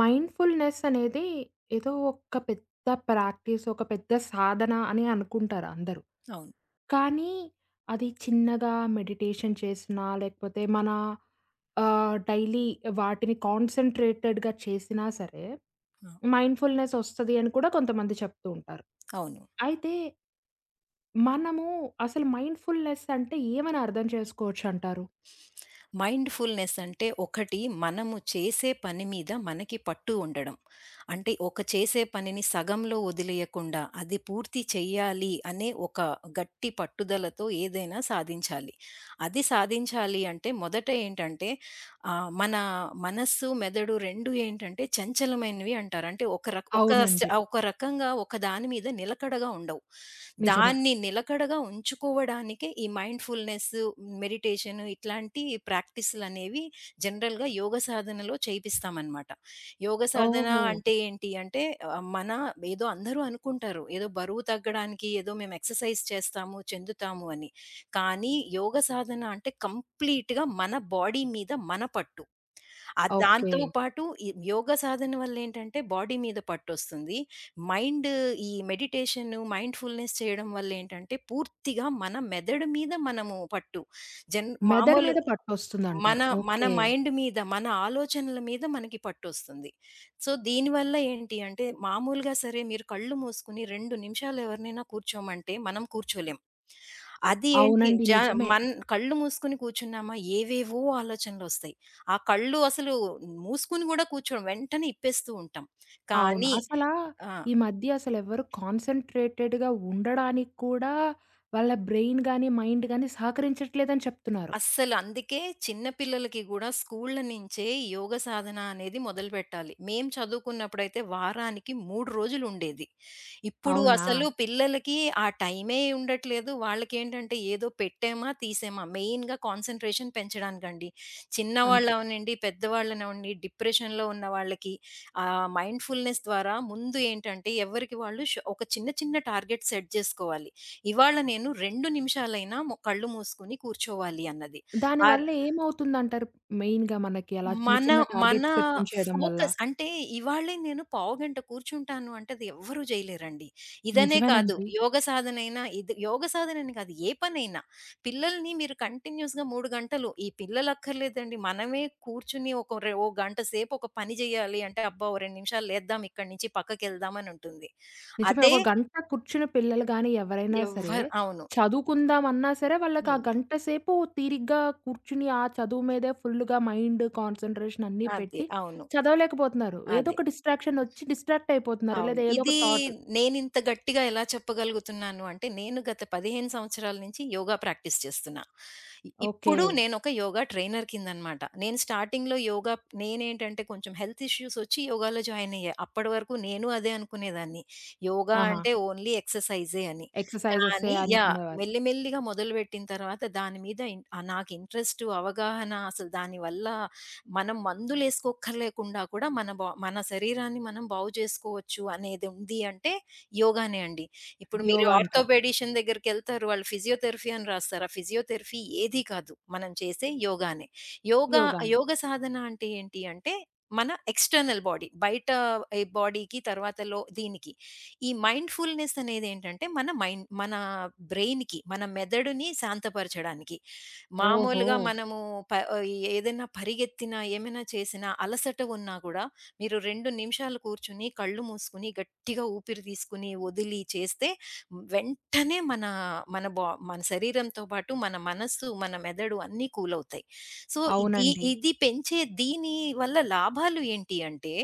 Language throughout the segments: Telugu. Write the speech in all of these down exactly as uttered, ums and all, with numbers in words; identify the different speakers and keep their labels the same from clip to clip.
Speaker 1: మైండ్‌ఫుల్‌నెస్ అనేది ఏదో ఒక పెద్ద ప్రాక్టీస్, ఒక పెద్ద సాధన అని అనుకుంటారు అందరూ.
Speaker 2: అవును.
Speaker 1: కానీ అది చిన్నగా మెడిటేషన్ చేసినా, లేకపోతే మన ఆహ్, డైలీ వాటిని కాన్సంట్రేటెడ్‌గా చేసినా సరే,
Speaker 2: ఆ!
Speaker 1: మైండ్‌ఫుల్‌నెస్ ఒస్తది అని కూడా కొంతమంది చెప్తూ ఉంటారు.
Speaker 2: అవును.
Speaker 1: అయితే మనము అసలు మైండ్‌ఫుల్‌నెస్ అంటే ఏమని అర్థం చేసుకోవచ్చంటారు?
Speaker 2: మైండ్‌ఫుల్‌నెస్ అంటే ఒకటి మనము చేసే పని మీద మనకి పట్టు ఉండడం. అంటే ఒక చేసే పనిని సగంలో వదిలేయకుండా అది పూర్తి చెయ్యాలి అనే ఒక గట్టి పట్టుదలతో ఏదైనా సాధించాలి. అది సాధించాలి అంటే మొదట ఏంటంటే ఆ! మన మనస్సు, మెదడు రెండు ఏంటంటే చంచలమైనవి అంటారు. అంటే ఒక రక్ ఒక స
Speaker 1: అవునండి.
Speaker 2: ఒక రకంగా ఒక దాని మీద నిలకడగా ఉండవు.
Speaker 1: నిజమే.
Speaker 2: దాన్ని నిలకడగా ఉంచుకోవడానికే ఈ మైండ్‌ఫుల్‌నెస్, మెడిటేషన్ ఇట్లాంటి ప్రాక్టీసులనేవి జనరల్‌గా యోగ సాధనలో చేపిస్తామనమాట. యోగ సాధన
Speaker 1: ఓహో!
Speaker 2: అంటే ఏంటి అంటే ఆహ్, మన ఏదో అందరూ అనుకుంటారు. ఏదో బరువు తగ్గడానికి ఏదో మేము ఎక్సర్‌సైజ్ చేస్తాము, చెందుతాము అని. కానీ యోగ సాధన అంటే కంప్లీట్‌గా మన బాడీ మీద మన పట్టు. ఆ
Speaker 1: ఓకే.
Speaker 2: దాంతో పాటు ఈ యోగ సాధన వల్లేంటంటే బాడీ మీద పట్టొస్తుంది. మైండ్ ఈ మెడిటేషన్, మైండ్‌ఫుల్‌నెస్ చేయడం వల్లేంటంటే పూర్తిగా మన మెదడు మీద మనము పట్టు. జన్
Speaker 1: మెదడు
Speaker 2: మామూలు
Speaker 1: మీద
Speaker 2: మన
Speaker 1: పట్టొస్తుందంటారు.
Speaker 2: మన
Speaker 1: ఓకే.
Speaker 2: మైండ్ మీద, మన ఆలోచనల మీద మనకి పట్టొస్తుంది. సో, దీనివల్ల ఏంటి అంటే మామూలుగా సరే మీరు కళ్ళు మూసుకొని రెండు నిమిషాలు ఎవరినైనా కూర్చోమంటే మనం కూర్చోలేం. అది ఏంటి
Speaker 1: అవునండి.
Speaker 2: జ
Speaker 1: నిజమే.
Speaker 2: మన్ కళ్ళు మూసుకొని కూర్చున్నామా ఏవేవో ఆలోచనలొస్తాయి. ఆ కళ్ళు అసలు మూసుకొని గూడా కూర్చోం. వెంటనే ఇప్పేస్తూ ఉంటాం.
Speaker 1: అవును.
Speaker 2: కానీ
Speaker 1: అసలా
Speaker 2: ఆ!
Speaker 1: ఈ మధ్య అసలెవ్వరు కాన్సంట్రేటెడ్‌గా ఉండడానికి కూడా వాళ్ళ బ్రెయిన్ గాని, మైండ్ గాని సహకరించట్లేదని చెప్తున్నారు.
Speaker 2: అస్సలు అందుకే చిన్న పిల్లలకి గూడా స్కూళ్ళ నించే యోగ సాధన అనేది మొదలుపెట్టాలి. మేము చదువుకున్నప్పుడైతే వారానికి మూడు రోజులుండేది. ఇప్పుడు
Speaker 1: అవునా?
Speaker 2: అసలు పిల్లలకి ఆ టైమే ఉండట్లేదు. వాళ్ళకేంటంటే ఏదో పెట్టామా, తీసామా మెయిన్‌గా కాన్సంట్రేషన్ పెంచడానికండి.
Speaker 1: అంతే.
Speaker 2: చిన్నవాళ్ళవనండి, పెద్దవాళ్ళనవ్వండి, డిప్రెషన్‌లో ఉన్న వాళ్ళకి ఆహ్, మైండ్‌ఫుల్‌నెస్ ద్వారా ముందు ఏంటంటే ఎవరికి వాళ్ళు ష్ ఒక చిన్న చిన్న టార్గెట్ సెట్ జేసుకోవాలి. ఇవాళ నేను రెండు నిమిషాలైనా మొ కళ్ళు మూసుకొని కూర్చోవాలి అన్నది. ఆర్
Speaker 1: దానివల్ల ఏమవుతుందంటారు మెయిన్‌గా మనకి అలా చిన్న
Speaker 2: మన
Speaker 1: చిన్న
Speaker 2: మన
Speaker 1: టార్గెట్స్ పెట్టుకొని చేయడం వల్ల?
Speaker 2: ఫోకస్ అంటే ఇవాళే నేను పావుగంట కూర్చుంటాను అంటే అది ఎవ్వరూ జేయలేరండి. ఇదనే కాదు
Speaker 1: నిజమేనండి.
Speaker 2: యోగ సాధనైనా ఇది యోగ సాధనని కాదు ఏ పనైనా. పిల్లల్ని మీరు కంటిన్యూయస్‌గా మూడు గంటలు ఈ పిల్లలక్కర్లేదండి. మనమే కూర్చుని ఒక రె ఓ గంట సేపు ఒక పని జేయాలి అంటే అబ్బా, ఓ రెండు నిమిషాలు లేద్దాం ఇక్కడి నుంచి పక్కకెళ్దాం అని ఉంటుంది.
Speaker 1: నిజమే.
Speaker 2: అదే
Speaker 1: ఒక గంట కూర్చుని పిల్లలు గాని, ఎవరైనా సరే,
Speaker 2: ఎవ్వరు అవును.
Speaker 1: చదువుకుందామన్నా సరే, వాళ్ళకి ఆ
Speaker 2: హ్మ్.
Speaker 1: గంట సేపు తీరిగ్గా కూర్చుని, ఆ చదువు మీదే ఫుల్లుగా మైండ్, కాన్సంట్రేషన్ అన్నీ
Speaker 2: అదే.
Speaker 1: పెట్టి
Speaker 2: అవును.
Speaker 1: చదవలేకపోతున్నారు. ఏదో
Speaker 2: అదే.
Speaker 1: ఒక డిస్ట్రాక్షన్ ఒచ్చి డిస్ట్రాక్ట్ అయిపోతున్నారు.
Speaker 2: అవును.
Speaker 1: లేదా ఏదో ఒక
Speaker 2: ఇది
Speaker 1: థాట్.
Speaker 2: నేనింత గట్టిగా ఎలా చెప్పగలుగుతున్నాను అంటే, నేను గత పదిహేను సంవత్సరాల నుంచి యోగా ప్రాక్టీస్ చేస్తున్నా. ఇ
Speaker 1: ఓకే.
Speaker 2: ఇప్పుడు నేనొక యోగా ట్రైనర్ కిందనమాట. నేను స్టార్టింగ్‌లో యోగా నేనేంటంటే కొంచెం హెల్త్ ఇష్యూస్ వచ్చి యోగాలో జాయిన్ అయ్యా. అప్పటి వరకు నేను అదే అనుకునేదాన్ని. యోగా
Speaker 1: ఆహా!
Speaker 2: అంటే ఓన్లీ ఎక్సర్‌సైజే అని.
Speaker 1: ఎక్సర్‌సైజె‌సే
Speaker 2: కానీ యాహ్!
Speaker 1: అనుకునేవారు.
Speaker 2: మెల్లి మెల్లిగా మొదలుపెట్టిన తర్వాత దాని మీద ఇన్ ఆహ్, నాకు ఇంట్రెస్టు, అవగాహన అసలు దానివల్ల మనం మందులేసుకోక్కర్లేకుండా కూడా మన బా మన శరీరాన్ని మనం బాగు చేసుకోవచ్చు అనేది ఉంది అంటే యోగానే అండి. ఇప్పుడు మీరు
Speaker 1: యోగా అంటారు.
Speaker 2: ఆర్థోపెడిషన్ దగ్గరికెళ్తారు. వాళ్ళు ఫిజియోథెరపీ అని రాస్తారు. ఆ ఫిజియోథెరపీ ఏది కాదు. మనం చేసే యోగానే. యోగా
Speaker 1: యోగానే.
Speaker 2: యోగ సాధన అంటే ఏంటి అంటే మన ఎక్స్‌టర్నల్ బాడీ బయట ఈ బాడీకి తర్వాత లో దీనికి. ఈ మైండ్‌ఫుల్‌నెస్ అనేదేంటంటే మన మైండ్ మన బ్రెయిన్‌కి, మన మెదడుని శాంతపరచడానికి.
Speaker 1: ఓహో!
Speaker 2: మామూలుగా మనము ప ఏదైనా పరిగెత్తినా, ఏమైనా చేసినా, అలసట ఉన్నా కూడా మీరు రెండు నిమిషాలు కూర్చొని, కళ్ళు మూసుకొని, గట్టిగా ఊపిరి తీసుకొని, వదిలి చేస్తే వెంటనే మన మన బా మన శరీరంతో పాటు మన మనస్సు, మన మెదడు అన్నీ కూల్ అవుతాయి. సో, ఇది
Speaker 1: అవునండి.
Speaker 2: ఇది పెంచే దీని వల్ల లాభాలు ఏంటి అంటే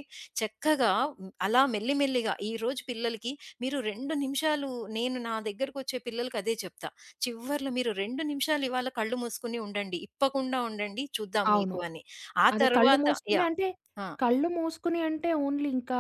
Speaker 2: చక్కగా మ్, అలా మెల్లి మెల్లిగా ఈరోజు పిల్లలకి మీరు రెండు నిమిషాలు నేను నా దగ్గరకొచ్చే పిల్లలకి అదే చెప్తా. చివర్లో మీరు రెండు నిమిషాలు ఇవాళ కళ్ళు మూసుకొని ఉండండి. ఇప్పకుండా ఉండండి. చూద్దాం
Speaker 1: అవును.
Speaker 2: మీకు అని. ఆ
Speaker 1: అదే కళ్ళు
Speaker 2: తర్వాత
Speaker 1: మూసుకొని
Speaker 2: యాహ్!
Speaker 1: అంటే,
Speaker 2: ఆ!
Speaker 1: కళ్ళు మూసుకొని అంటే ఓన్లీ ఇంకా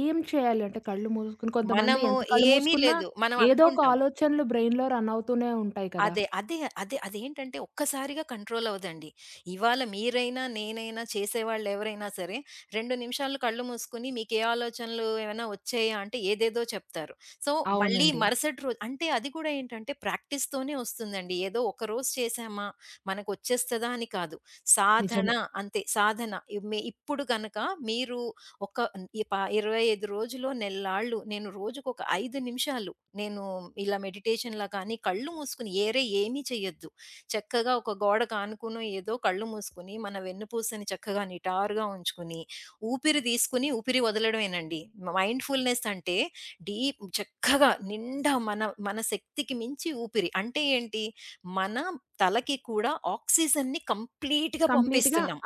Speaker 1: ఏం చేయాలి అంటే కళ్ళు మూసుకొని కొంతమంది
Speaker 2: మనము
Speaker 1: ఎంత కళ్ళు
Speaker 2: ఏమీ
Speaker 1: మూసుకున్నా
Speaker 2: లేదు. మనం
Speaker 1: ఏదో ఒక
Speaker 2: అనుకుంటాం.
Speaker 1: ఆలోచనలు బ్రెయిన్‌లో రన్ అవుతూనే ఉంటాయి కదా!
Speaker 2: అదే. అదే. అదే. అదేంటంటే ఒక్కసారిగా కంట్రోల్ అవ్వదండి. ఇవాళ మీరైనా, నేనైనా, చేసేవాళ్ళెవరైనా సరే రెండు నిమిషాలు కళ్ళు మూసుకొని మీకే ఆలోచనలు ఏమైనా వచ్చాయా అంటే ఏదేదో చెప్తారు. సో, మళ్ళీ హ్మ్.
Speaker 1: అవునండి.
Speaker 2: మరుసటి రోజు అంటే అది కూడా ఏంటంటే ప్రాక్టీస్‌తోనే వస్తుందండి. ఏదో ఒకరోజు చేశామా మనకొచ్చేస్తదా అని కాదు. సాధన
Speaker 1: నిజమే.
Speaker 2: అంతే. సాధన. ఇ మే ఇప్పుడు గనక మీరు ఒక ఈ ప ఇరవై ఐదు రోజులో నెల్లాళ్ళు నేను రోజుకొక ఐదు నిమిషాలు నేను ఇలా మెడిటేషన్‌లా కానీ కళ్ళు మూసుకొని ఏరే ఏమీ చేయొద్దు. చక్కగా ఒక గోడకు ఆనుకునో ఏదో కళ్ళు మూసుకొని మన వెన్నుపూసని చక్కగా నిటారుగా ఉంచుకొని, ఊపిరి తీసుకొని ఊపిరి వదలడమేనండి. మైండ్‌ఫుల్‌నెస్ అంటే డీప్ చక్కగా నిండా మన మన శక్తికి మించి ఊపిరి. అంటే ఏంటి? మన తలకి కూడా ఆక్సిజన్‌ని కంప్లీట్‌గా
Speaker 1: కంప్లీట్‌గా
Speaker 2: పంపిస్తున్నాం.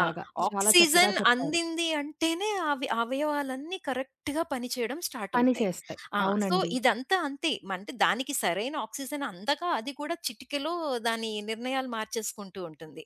Speaker 2: ఆ!
Speaker 1: చాలా చక్కగా
Speaker 2: ఆక్సిజన్
Speaker 1: చెప్పారు.
Speaker 2: అందింది అంటేనే అవి అవయవాలన్నీ కరెక్ట్‌గా పనిచేయడం స్టార్ట్
Speaker 1: పని
Speaker 2: అవుతాయి.
Speaker 1: చేస్తాయి.
Speaker 2: ఆ! సో,
Speaker 1: అవునండి.
Speaker 2: ఇదంతా అంతే. మ- అంటే దానికి సరైన ఆక్సిజన్ అందక అది కూడా చిటికెలో దాని నిర్ణయాలు మార్చేసుకుంటూ ఉంటుంది.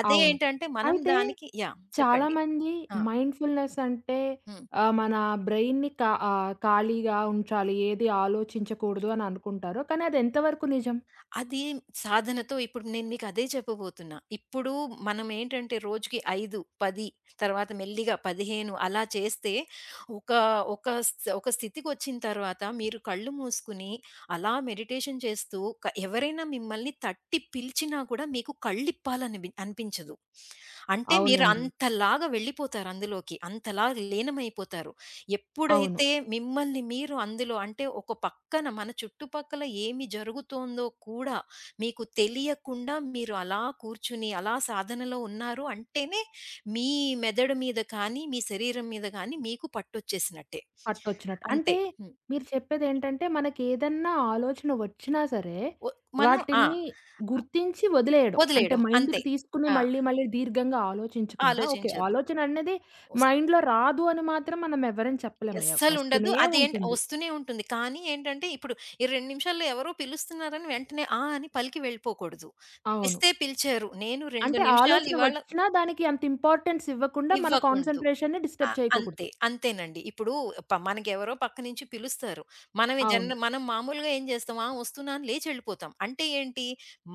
Speaker 2: అదే
Speaker 1: అవును.
Speaker 2: ఏంటంటే మనం
Speaker 1: అయితే
Speaker 2: దానికి యాహ్! చెప్పండి.
Speaker 1: చాలామంది
Speaker 2: ఆ!
Speaker 1: మైండ్‌ఫుల్‌నెస్ అంటే
Speaker 2: హ్మ్.
Speaker 1: ఆహ్, మన బ్రెయిన్‌ని కా ఆహ్, ఖాళీగా ఉంచాలి. ఏది ఆలోచించకూడదు అని అనుకుంటారు. కానీ అది ఎంతవరకు నిజం?
Speaker 2: అది సాధనతో ఇప్పుడు నేను మీకు అదే చెప్పబోతున్నా. ఇప్పుడు మనమేంటంటే రోజుకి ఐదు, పది తర్వాత మెల్లిగా పదిహేను అలా చేస్తే ఒక ఒక స్ ఒక స్థితికొచ్చిన తర్వాత మీరు కళ్ళు మూసుకొని అలా మెడిటేషన్ చేస్తూ క ఎవరైనా మిమ్మల్ని తట్టి పిలిచినా కూడా మీకు కళ్ళిప్పాలనిబి అనిపించదు. అంటే మీరు
Speaker 1: అవునండి.
Speaker 2: అంతలాగా వెళ్ళిపోతారు అందులోకి. అంతలా లీనమైపోతారు.
Speaker 1: అవును.
Speaker 2: ఎప్పుడైతే మిమ్మల్ని మీరు అందులో అంటే ఒక పక్కన మన చుట్టుపక్కల ఏమి జరుగుతోందో కూడా మీకు తెలియకుండా మీరు అలా కూర్చుని అలా సాధనలో ఉన్నారు అంటేనే మీ మెదడు మీద కానీ, మీ శరీరం మీద కానీ మీకు పట్టొచ్చేసినట్టే.
Speaker 1: పట్టొచ్చినట్టు. అంటే
Speaker 2: అంతే. హ్మ్.
Speaker 1: మీరు చెప్పేదేంటంటే, మనకేదన్నా ఆలోచన వచ్చినా సరే,
Speaker 2: ఒ మనం ఆ!
Speaker 1: వాటిని గుర్తించి వదిలేయడం. అంటే
Speaker 2: వదిలేయడం అంతే.
Speaker 1: మైండ్‌కి తీసుకుని
Speaker 2: ఆ!
Speaker 1: మళ్ళీ, మళ్ళీ దీర్ఘంగా ఆలోచించకుండా, ఓకే.
Speaker 2: ఆలోచించొద్దు.
Speaker 1: ఆలోచన అనేది మైండ్‌లో రాదు అని మాత్రం మనం ఎవ్వరం చెప్పలేము. ఎవ్
Speaker 2: అస్సలుండదు.
Speaker 1: వస్తూనే
Speaker 2: అదేంటి
Speaker 1: ఉంటుంది.
Speaker 2: వస్తూనే ఉంటుంది. కానీ ఏంటంటే, ఇప్పుడు ఈ రెండు నిమిషాల్లో ఎవరో పిలుస్తున్నారని వెంటనే ఆ! అని పలికి వెళ్ళిపోకూడదు.
Speaker 1: అవును.
Speaker 2: పిలిస్తే పిలిచారు. నేను రెండు
Speaker 1: అంటే
Speaker 2: నిమిషాలు
Speaker 1: ఆలోచన
Speaker 2: ఇవాళ
Speaker 1: వచ్చినా దానికి అంత ఇంపార్టెన్స్ ఇవ్వకుండా, మన
Speaker 2: ఇవ్వకూడదు.
Speaker 1: కాన్సంట్రేషన్‌ని
Speaker 2: ఆ!
Speaker 1: డిస్టర్బ్ చేయకోకూడదు.
Speaker 2: అంతే. అంతేనండి. ఇప్పుడు ప మనకెవరో పక్క నుంచి పిలుస్తారు. మనమే
Speaker 1: అవును.
Speaker 2: జన మనం మామూలుగా ఏం చేస్తాం, ఆ! వస్తున్నా అని లేచి ఎళ్ళిపోతాం. అంటే ఏంటి,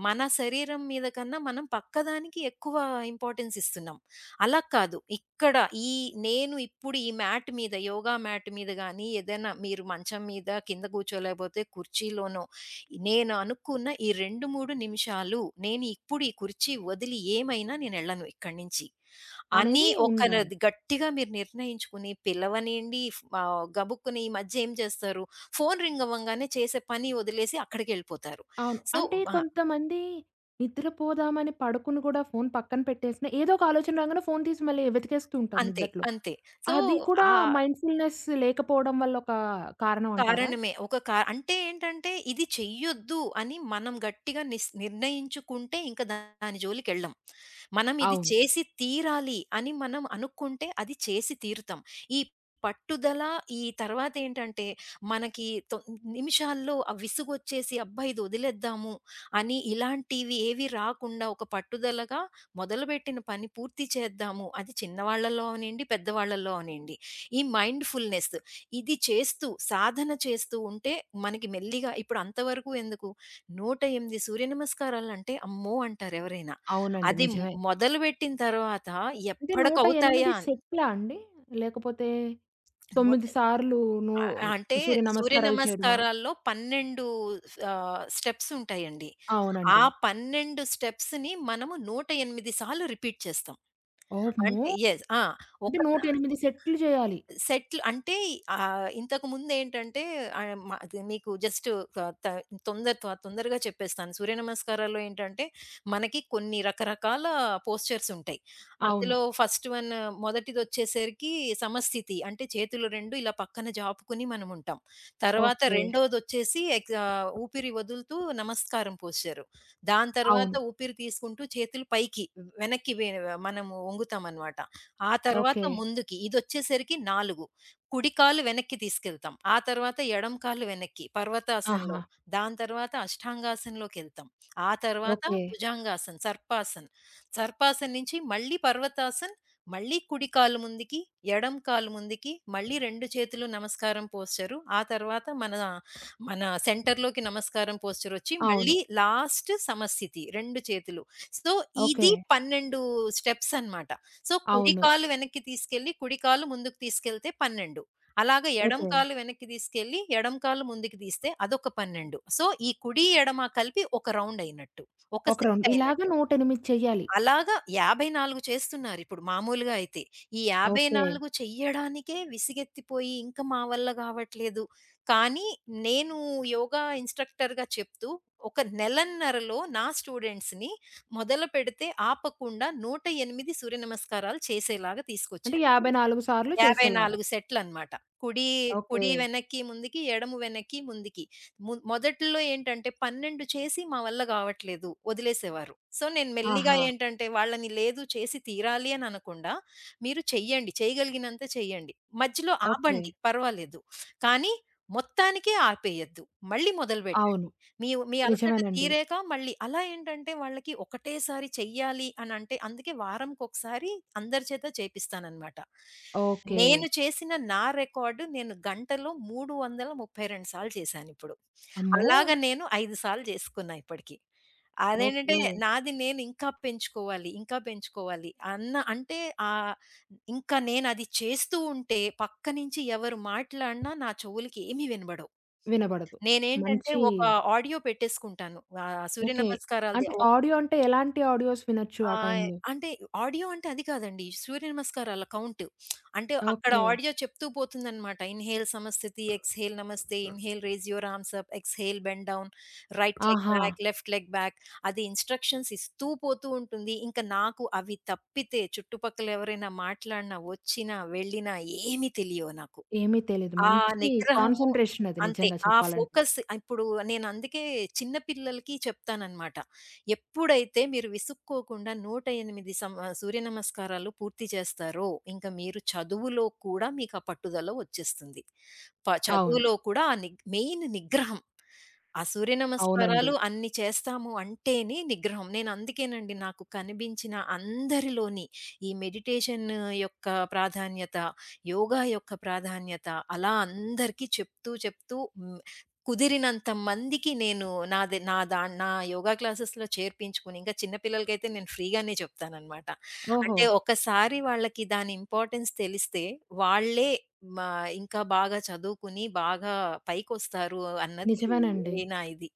Speaker 2: మన శరీరం మీద కన్నా మనం పక్కదానికి ఎక్కువ ఇంపార్టెన్స్ ఇస్తున్నాం. అలా కాదు. ఇక్కడ ఈ నేను ఇప్పుడు ఈ మ్యాట్ మీద, యోగా మ్యాట్ మీద గానీ, ఏదైనా మీరు మంచం మీద, కింద కూర్చోలేకపోతే కుర్చీలోనో, నేను అనుకున్న ఈ రెండు, మూడు నిమిషాలు నేను ఇప్పుడు ఈ కుర్చీ వదిలి ఏమైనా నేనెళ్ళను ఇక్కడి నుంచి. అని
Speaker 1: అనేది
Speaker 2: ఒక
Speaker 1: ఉండాలి.
Speaker 2: నది గట్టిగా మీరు నిర్ణయించుకుని పిలవనియండి, ఫ్ ఆహ్, గబుక్కున ఈ మధ్య ఏం చేస్తారు, ఫోను రింగ్ అవ్వంగానే చేసే పని వదిలేసి అక్కడికెళ్ళిపోతారు.
Speaker 1: అవును.
Speaker 2: సో
Speaker 1: అంటే
Speaker 2: ఆ!
Speaker 1: కొంతమంది నిద్రపోదామని పడుకుని గూడా ఫోను పక్కన పెట్టేసినా, ఏదో ఒక ఆలోచన రాగానే ఫోను తీసి మళ్ళీ వెతికేస్తూ ఉంటారు
Speaker 2: అంతే.
Speaker 1: నిద్దట్లో.
Speaker 2: అంతే. సో
Speaker 1: అది కూడా
Speaker 2: ఆ
Speaker 1: మైండ్‌ఫుల్‌నెస్ లేకపోవడం వల్ల ఒక కారణం అంటారా?
Speaker 2: కారణమే. ఒక కా అంటే ఏంటంటే ఇది చెయ్యొద్దు అని మనం గట్టిగా నిస్ నిర్ణయించుకుంటే ఇంక దాని జోలికెళ్ళం. మనం ఇది
Speaker 1: అవును.
Speaker 2: చేసి తీరాలి అని మనం అనుకుంటే అది చేసి తీరుతాం. ఈ పట్టుదల ఈ తర్వాతేంటంటే మనకి తొ నిమిషాల్లో ఆ విసుగొచ్చేసి అబ్బా, ఇది వదిలేద్దాము అని ఇలాంటివి ఏవి రాకుండా ఒక పట్టుదలగా మొదలుపెట్టిన పని పూర్తి చేద్దాము. అది చిన్నవాళ్ళలో అవనియండి, పెద్దవాళ్ళలో అవనియండి. ఈ మైండ్‌ఫుల్‌నెస్ ఇది చేస్తూ, సాధన చేస్తూ ఉంటే మనకి మెల్లిగా ఇప్పుడు అంతవరకు ఎందుకు నూట ఎనిమిది సూర్య నమస్కారాలంటే అమ్మో అంటారు ఎవరైనా.
Speaker 1: అవునండి.
Speaker 2: అది
Speaker 1: నిజమే.
Speaker 2: మొదలుపెట్టిన తర్వాత
Speaker 1: అంటే నూట ఎనిమిది
Speaker 2: ఎప్పటికవుతాయా అని.
Speaker 1: సెట్లా అండి? లేకపోతే
Speaker 2: నూట
Speaker 1: తొమ్మిది సార్లు నూ
Speaker 2: ఆహ్, అంటే
Speaker 1: సూర్య
Speaker 2: సూర్య
Speaker 1: నమస్కారాలు చేయడమా?
Speaker 2: నమస్కారాల్లో పన్నెండు ఆహ్, స్టెప్స్ ఉంటాయండి. ఆ
Speaker 1: అవునండి.
Speaker 2: పన్నెండు స్టెప్స్‌ని మనము నూట ఎనిమిది సార్లు రిపీట్ చేస్తాం.
Speaker 1: ఓమ్మో!
Speaker 2: అంటే యెస్. ఆ!
Speaker 1: అంటే
Speaker 2: ఒక్కసా
Speaker 1: నూట ఎనిమిది సెట్లు చేయాలి.
Speaker 2: సెటిల్ అంటే ఆహ్, ఇంతకుముందేంటంటే ఆహ్, మ అది మీకు జస్ట్ ఆహ్, త తొందర త తొందరగా చెప్పేస్తాను. సూర్య నమస్కారాల్లో ఏంటంటే, మనకి కొన్ని రకరకాల పోస్చర్స్ ఉంటాయి.
Speaker 1: అవును.
Speaker 2: అందులో ఫస్ట్ వన్ మొదటిదొచ్చేసరికి సమస్థితి. అంటే చేతులు రెండు ఇలా పక్కన జాపుకొని మనముంటాం. తర్వాత ఓకే.
Speaker 1: ఓకే.
Speaker 2: రెండోదొచ్చేసి ఎగ్ ఆహ్, ఊపిరి వదులుతూ నమస్కారం పోస్చరు. దాని హ్మ్. తర్వాత
Speaker 1: అవును.
Speaker 2: ఊపిరి తీసుకుంటూ చేతులు పైకి వెనక్కి వే మనము వంగుతామనమాట. ఆ తర్వాత
Speaker 1: ఓకే.
Speaker 2: ముందుకి ఇదొచ్చేసరికి నాలుగు కుడి కాలు వెనక్కి తీసుకెళ్తాం. ఆ తర్వాత ఎడం కాలు వెనక్కి పర్వతాసనంలో.
Speaker 1: ఆహా!
Speaker 2: దాని తర్వాత అష్టాంగాసనంలోకెళ్తాం. ఆ తర్వాత
Speaker 1: ఓకే.
Speaker 2: భుజంగాసన్, సర్పాసన్. సర్పాసన్ నుంచి మళ్ళీ పర్వతాసన్, మళ్ళీ కుడి కాలు ముందుకి, ఎడం కాలు ముందుకి, మళ్ళీ రెండు చేతులు నమస్కారం పోస్చరు. ఆ తర్వాత మన మన సెంటర్‌లోకి నమస్కారం పోస్చరొచ్చి
Speaker 1: అవును.
Speaker 2: మళ్ళీ లాస్ట్ సమస్థితి రెండు చేతులు. So,
Speaker 1: okay.
Speaker 2: ఇది పన్నెండు స్టెప్స్ అన్నమాట. సో, కుడి
Speaker 1: అవును.
Speaker 2: కాలు వెనక్కి తీసుకెళ్ళి, కుడి కాలు ముందుకు తీసుకెళ్తే పన్నెండు. అలాగా ఎడమ
Speaker 1: ఓకే.
Speaker 2: కాలు వెనక్కి తీసుకెళ్ళి, ఎడమ కాలు ముందుకు తీస్తే అదొక పన్నెండు. సో, ఈ కుడి, ఎడమ కలిపి ఒక రౌండయినట్టు. ఒక
Speaker 1: ఒక రౌండ్. ఇలాగ
Speaker 2: సెట్టయినట్టు.
Speaker 1: నూట ఎనిమిది చెయ్యాలి.
Speaker 2: అలాగా యాభై నాలుగు చేస్తున్నారిప్పుడు మామూలుగా అయితే. ఈ
Speaker 1: ఓకే.
Speaker 2: యాభై నాలుగు చెయ్యడానికే విసిగెత్తిపోయి ఇంక మా వల్ల గావట్లేదు. కానీ నేను యోగా ఇన్‌స్ట్రక్టర్‌గా చెప్తూ ఒక నెలన్నరలో నా స్టూడెంట్స్‌ని మొదలుపెడితే ఆపకుండా నూట ఎనిమిది సూర్యనమస్కారాలు చేసేలాగా
Speaker 1: అంటే
Speaker 2: తీసుకొచ్చాను.
Speaker 1: యాభై నాలుగు సార్లు చేసేలాగా.
Speaker 2: యాభై నాలుగు సెట్లనమాట. కుడి,
Speaker 1: ఓకే.
Speaker 2: కుడి వెనక్కి, ముందుకి, ఎడమ వెనక్కి, ముందుకి. ము మొదట్లో ఏంటంటే పన్నెండు చేసి మా వల్ల గావట్లేదు వదిలేసేవారు. సో, నేను మెల్లిగా
Speaker 1: ఆహా!
Speaker 2: ఏంటంటే వాళ్ళని లేదు చేసి తీరాలి అని అనకుండా మీరు చెయ్యండి. చేయగలిగినంత చేయండి. మధ్యలో
Speaker 1: ఓకే.
Speaker 2: ఆపండి పర్వాలేదు. కానీ మొత్తానికే ఆపేయొద్దు. మళ్ళీ మొదలుబెట్టండి.
Speaker 1: అవును.
Speaker 2: మీ మీ అలసట
Speaker 1: నిజమేనండి.
Speaker 2: తీరాక మళ్ళీ అలా ఏంటంటే వాళ్ళకి ఒకటేసారి చెయ్యాలి అనంటే అందుకే వారంకొకసారి అందరి చేత చేపిస్తాననమాట.
Speaker 1: ఓకే.
Speaker 2: నేను చేసిన నా రికార్డు నేను గంటలో మూడు వందల ముప్పై రెండు సార్లు చేశానిప్పుడు.
Speaker 1: అమ్మో!
Speaker 2: అలాగ నేను ఐదు సార్లు చేసుకున్నా ఇప్పటికి. అదేంటంటే
Speaker 1: ఓకే.
Speaker 2: నాది నేను ఇంకా పెంచుకోవాలి, ఇంకా పెంచుకోవాలి అన్న అంటే ఆహ్, ఇంకా నేనది చేస్తూ ఉంటే పక్క నుంచి ఎవరు మాట్లాడినా నా చెవులకి ఏమి వినబడవు.
Speaker 1: వినబడదు.
Speaker 2: నేనేంటంటే
Speaker 1: మంచి
Speaker 2: ఒక ఆడియో పెట్టేసుకుంటాను. ఆహ్, సూర్య
Speaker 1: ఓకే.
Speaker 2: నమస్కారాలది.
Speaker 1: అంటే ఆడియో అంటే ఎలాంటి ఆడియోస్ వినొచ్చు ఆ
Speaker 2: ఆహ్,
Speaker 1: టైంలో?
Speaker 2: అంటే ఆడియో అంటే అది కాదండి. సూర్య నమస్కారాల కౌంట్. అంటే అక్కడ
Speaker 1: ఓకే.
Speaker 2: ఆడియో చెప్తూ పోతుందనమాట. ఇన్‌హేల్ సమస్థితి, exhale namaste, inhale raise your arms up, exhale bend down, right leg
Speaker 1: aha!
Speaker 2: Back, left leg back అది ఇన్‌స్ట్రక్షన్స్ ఇస్తూ పోతూ ఉంటుంది. ఇంకా నాకు అవి తప్పితే చుట్టుపక్కల ఎవరైనా మాట్లాడినా, వచ్చినా, వెళ్ళినా ఏమి తెలియవు నాకు.
Speaker 1: ఏమీ తెలీదు.
Speaker 2: ఆ
Speaker 1: మంచి
Speaker 2: నిగ్రహము
Speaker 1: కాన్సంట్రేషన్ అది
Speaker 2: అంతే.
Speaker 1: నిజంగా
Speaker 2: ఆ
Speaker 1: చెప్పాలంటే.
Speaker 2: ఫోకస్ ఇప్పుడు నేనందుకే చిన్న పిల్లలకి చెప్తాననమాట. ఎప్పుడైతే మీరు విసుక్కోకుండా నూట ఎనిమిది సమ సూర్యనమస్కారాలు పూర్తి చేస్తారో, ఇంక మీరు చదువులో కూడా మీకు ఆ పట్టుదల వచ్చేస్తుంది. ప
Speaker 1: అవును.
Speaker 2: చదువులో కూడా ఆ నిగ్ మెయిన్ నిగ్రహం. ఆ సూర్య
Speaker 1: అవునండి.
Speaker 2: నమస్కారాలు అన్ని చేస్తాము అంటేనే నిగ్రహం. నేనందుకేనండి నాకు కనిపించిన అందరిలోని ఈ మెడిటేషన్ యొక్క ప్రాధాన్యత, యోగా యొక్క ప్రాధాన్యత అలా అందరికీ చెప్తూ, చెప్తూ హ్మ్. కుదిరినంత మందికి నేను నాది నా దా నా యోగా క్లాసెస్‌లో చేర్పించుకొని ఇంకా చిన్న పిల్లలకైతే నేను ఫ్రీగానే చెప్తాననమాట.
Speaker 1: ఓహో!
Speaker 2: అంటే ఒక్కసారి వాళ్ళకి దాని ఇంపార్టెన్స్ తెలిస్తే వాళ్ళే మా ఇంకా బాగా చదువుకుని, బాగా పైకొస్తారు అన్నది
Speaker 1: నిజమేనండి.
Speaker 2: నా ఇది.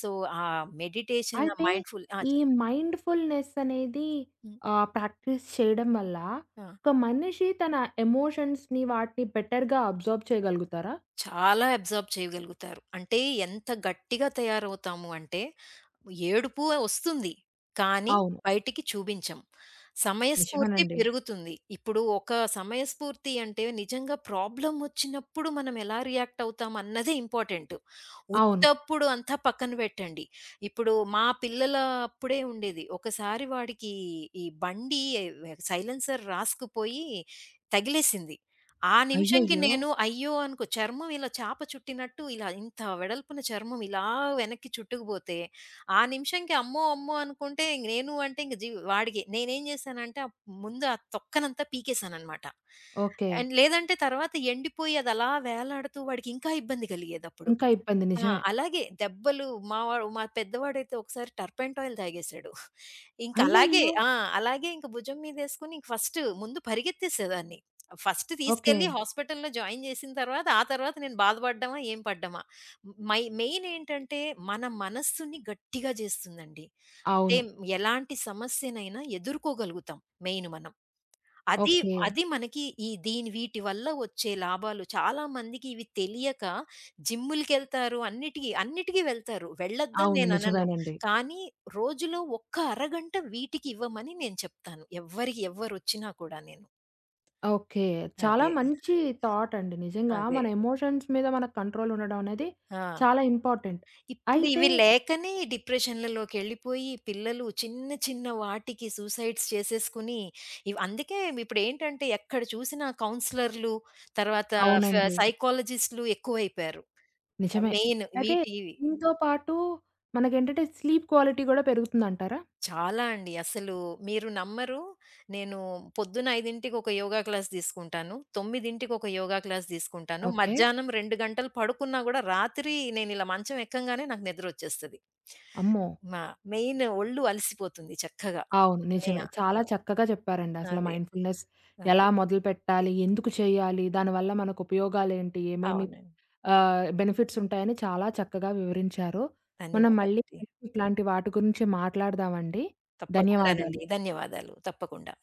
Speaker 2: సో, ఆ మెడిటేషన్,
Speaker 1: అయితే
Speaker 2: మైండ్ఫుల్ ఆ మైండ్‌ఫుల్ ఆ!
Speaker 1: ఈ
Speaker 2: చెప్పండి.
Speaker 1: మైండ్‌ఫుల్‌నెస్ అనేది
Speaker 2: హ్మ్.
Speaker 1: ఆహ్, ప్రాక్టీస్ చేయడం వల్ల
Speaker 2: ఆ!
Speaker 1: ఒక మనిషి తన ఎమోషన్స్‌ని వాటిని బెటర్‌గా అబ్జార్బ్ చేయగలుగుతారా?
Speaker 2: చాలా అబ్జార్బ్ చేయగలుగుతారు. అంటే ఎంత గట్టిగా తయారవుతాము అంటే ఏడుపు వస్తుంది. కానీ
Speaker 1: అవును.
Speaker 2: బయటికి చూపించం. సమయస్ఫూర్తి
Speaker 1: నిజమేనండి.
Speaker 2: పెరుగుతుంది. ఇప్పుడు ఒక సమయస్ఫూర్తి అంటే నిజంగా ప్రాబ్లమ్ వచ్చినప్పుడు మనం ఎలా రియాక్ట్ అవుతాం అన్నదే ఇంపార్టెంట్.
Speaker 1: అవును.
Speaker 2: ఉత్తప్పుడు అంతా పక్కన పెట్టండి. ఇప్పుడు మా పిల్లల అప్పుడే ఉండేది. ఒకసారి వాడికి ఈ బండి సైలెన్సర్ రాసుకుపోయి తగిలేసింది. ఆ నిమిషంకి
Speaker 1: అయ్యయ్యో!
Speaker 2: నేను అయ్యో అనుకో చర్మం ఇలా చాప చుట్టినట్టు ఇలా ఇంత వెడల్పున చర్మం ఇలా వెనక్కి చుట్టుకుపోతే ఆ నిమిషంకి అమ్మో, అమ్మో అనుకుంటే ఇంక నేను అంటే ఇంక జీవ్ వాడికి. నేనేం చేశానంటే అప్ ముందు ఆ తొక్కనంతా పీకేసాననమాట.
Speaker 1: ఓకే.
Speaker 2: అండ్ లేదంటే తర్వాత ఎండిపోయి అదలా వేలాడుతూ వాడికి ఇంకా ఇబ్బంది కలిగేదప్పుడు.
Speaker 1: ఇంకా ఇబ్బంది
Speaker 2: ఆ!
Speaker 1: నిజమే.
Speaker 2: అలాగే దెబ్బలు మావాడు మా పెద్దవాడైతే ఒకసారి టర్పంటాయిల్ ఆయిల్ తాగేసాడు. ఇంకలాగే
Speaker 1: అయ్యయ్యో!
Speaker 2: ఆ! అలాగే ఇంక భుజం మీదేసుకొని ఇంక ఫస్ట్ ముందు పరిగెత్తేసేదాన్ని. First
Speaker 1: okay.
Speaker 2: తీసుకెళ్ళి హాస్పిటల్‌లో జాయిన్ చేసిన తర్వాత, ఆ తర్వాత నేను బాధపడ్డామా, ఏం పడ్డామా. మై మెయిన్ ఏంటంటే మన మనస్సుని గట్టిగా చేస్తుందండి. అంటే
Speaker 1: అవును.
Speaker 2: ఎలాంటి సమస్యనైనా ఎదుర్కోగలుగుతాం మెయిన్ మనం. అది
Speaker 1: ఓకే.
Speaker 2: అది మనకి ఈ దీని వీటి వల్ల వచ్చే లాభాలు చాలా మందికి ఇవి తెలియక జిమ్ములకెళ్తారు. అన్నిటికి, అన్నిటికి వెళ్తారు. వెళ్ళొద్దని
Speaker 1: అవును.
Speaker 2: నేననను.
Speaker 1: నిజమేనండి.
Speaker 2: కానీ రోజులో ఒక్క అరగంట వీటికి ఇవ్వమని నేను చెప్తాను. ఎవ్వరికి ఎవ్వరొచ్చినా కూడా నేను.
Speaker 1: ఓకే. చాలా
Speaker 2: అదే.
Speaker 1: మంచి థాట్ అండి. నిజంగా
Speaker 2: అదే.
Speaker 1: మన ఎమోషన్స్ మీద మనకు కంట్రోల్ ఉండడం అనేది
Speaker 2: ఆ!
Speaker 1: చాలా ఇంపార్టెంట్.
Speaker 2: ఇప్పుడు
Speaker 1: అయితే
Speaker 2: ఇవి లేకనే డిప్రెషన్‌లలోకెళ్ళిపోయి పిల్లలు చిన్న చిన్న వాటికి సూసైడ్స్ చేసేసుకుని, ఇవి అందుకే ఇప్పుడేంటంటే ఎక్కడ చూసినా కౌన్సిలర్‌లు, తర్వాత ఫ
Speaker 1: అవునండి.
Speaker 2: సైకాలజిస్ట్‌లు ఎక్కువైపోయారు.
Speaker 1: నిజమే.
Speaker 2: మెయిన్
Speaker 1: అయితే
Speaker 2: వీటివి.
Speaker 1: దీనితో పాటు మనకేంటంటే స్లీప్ క్వాలిటీ గూడా పెరుగుతుందంటారా?
Speaker 2: చాలా అండి. అసలు మీరు నమ్మరు. నేను పొద్దున ఐదుకి ఒక యోగా క్లాస్ తీసుకుంటాను. తొమ్మిదికి ఒక యోగా క్లాస్ తీసుకుంటాను.
Speaker 1: ఓకే.
Speaker 2: మధ్యాహ్నం రెండు గంటలు పడుకున్నా గూడా రాత్రి నేనిలా మంచం ఎక్కంగానే నాకు నిద్రొచ్చేస్తది.
Speaker 1: అమ్మో!
Speaker 2: మా మెయిన్ ఒళ్ళు అలసిపోతుంది చక్కగా.
Speaker 1: అవును.
Speaker 2: మే
Speaker 1: నిజమే.
Speaker 2: ఆ!
Speaker 1: చాలా చక్కగా చెప్పారండి. అసలు
Speaker 2: అదే.
Speaker 1: మైండ్‌ఫుల్‌నెస్ ఎలా
Speaker 2: అదే.
Speaker 1: మొదలుపెట్టాలి? ఎందుకు చేయాలి? దానివల్ల మనకు ఉపయోగాలేంటి? ఏమేమి
Speaker 2: అవునండి.
Speaker 1: ఆహ్, బెనిఫిట్స్ ఉంటాయని చాలా చక్కగా వివరించారు. మనం మళ్ళీ
Speaker 2: ధన్యవాదాలండి.
Speaker 1: కలిసి ఇట్లాంటి వాటి గురించి మాట్లాడదామండి. ధన్యవాదాలు.
Speaker 2: తప్పకుండానండి. ధన్యవాదాలు. తప్పకుండా.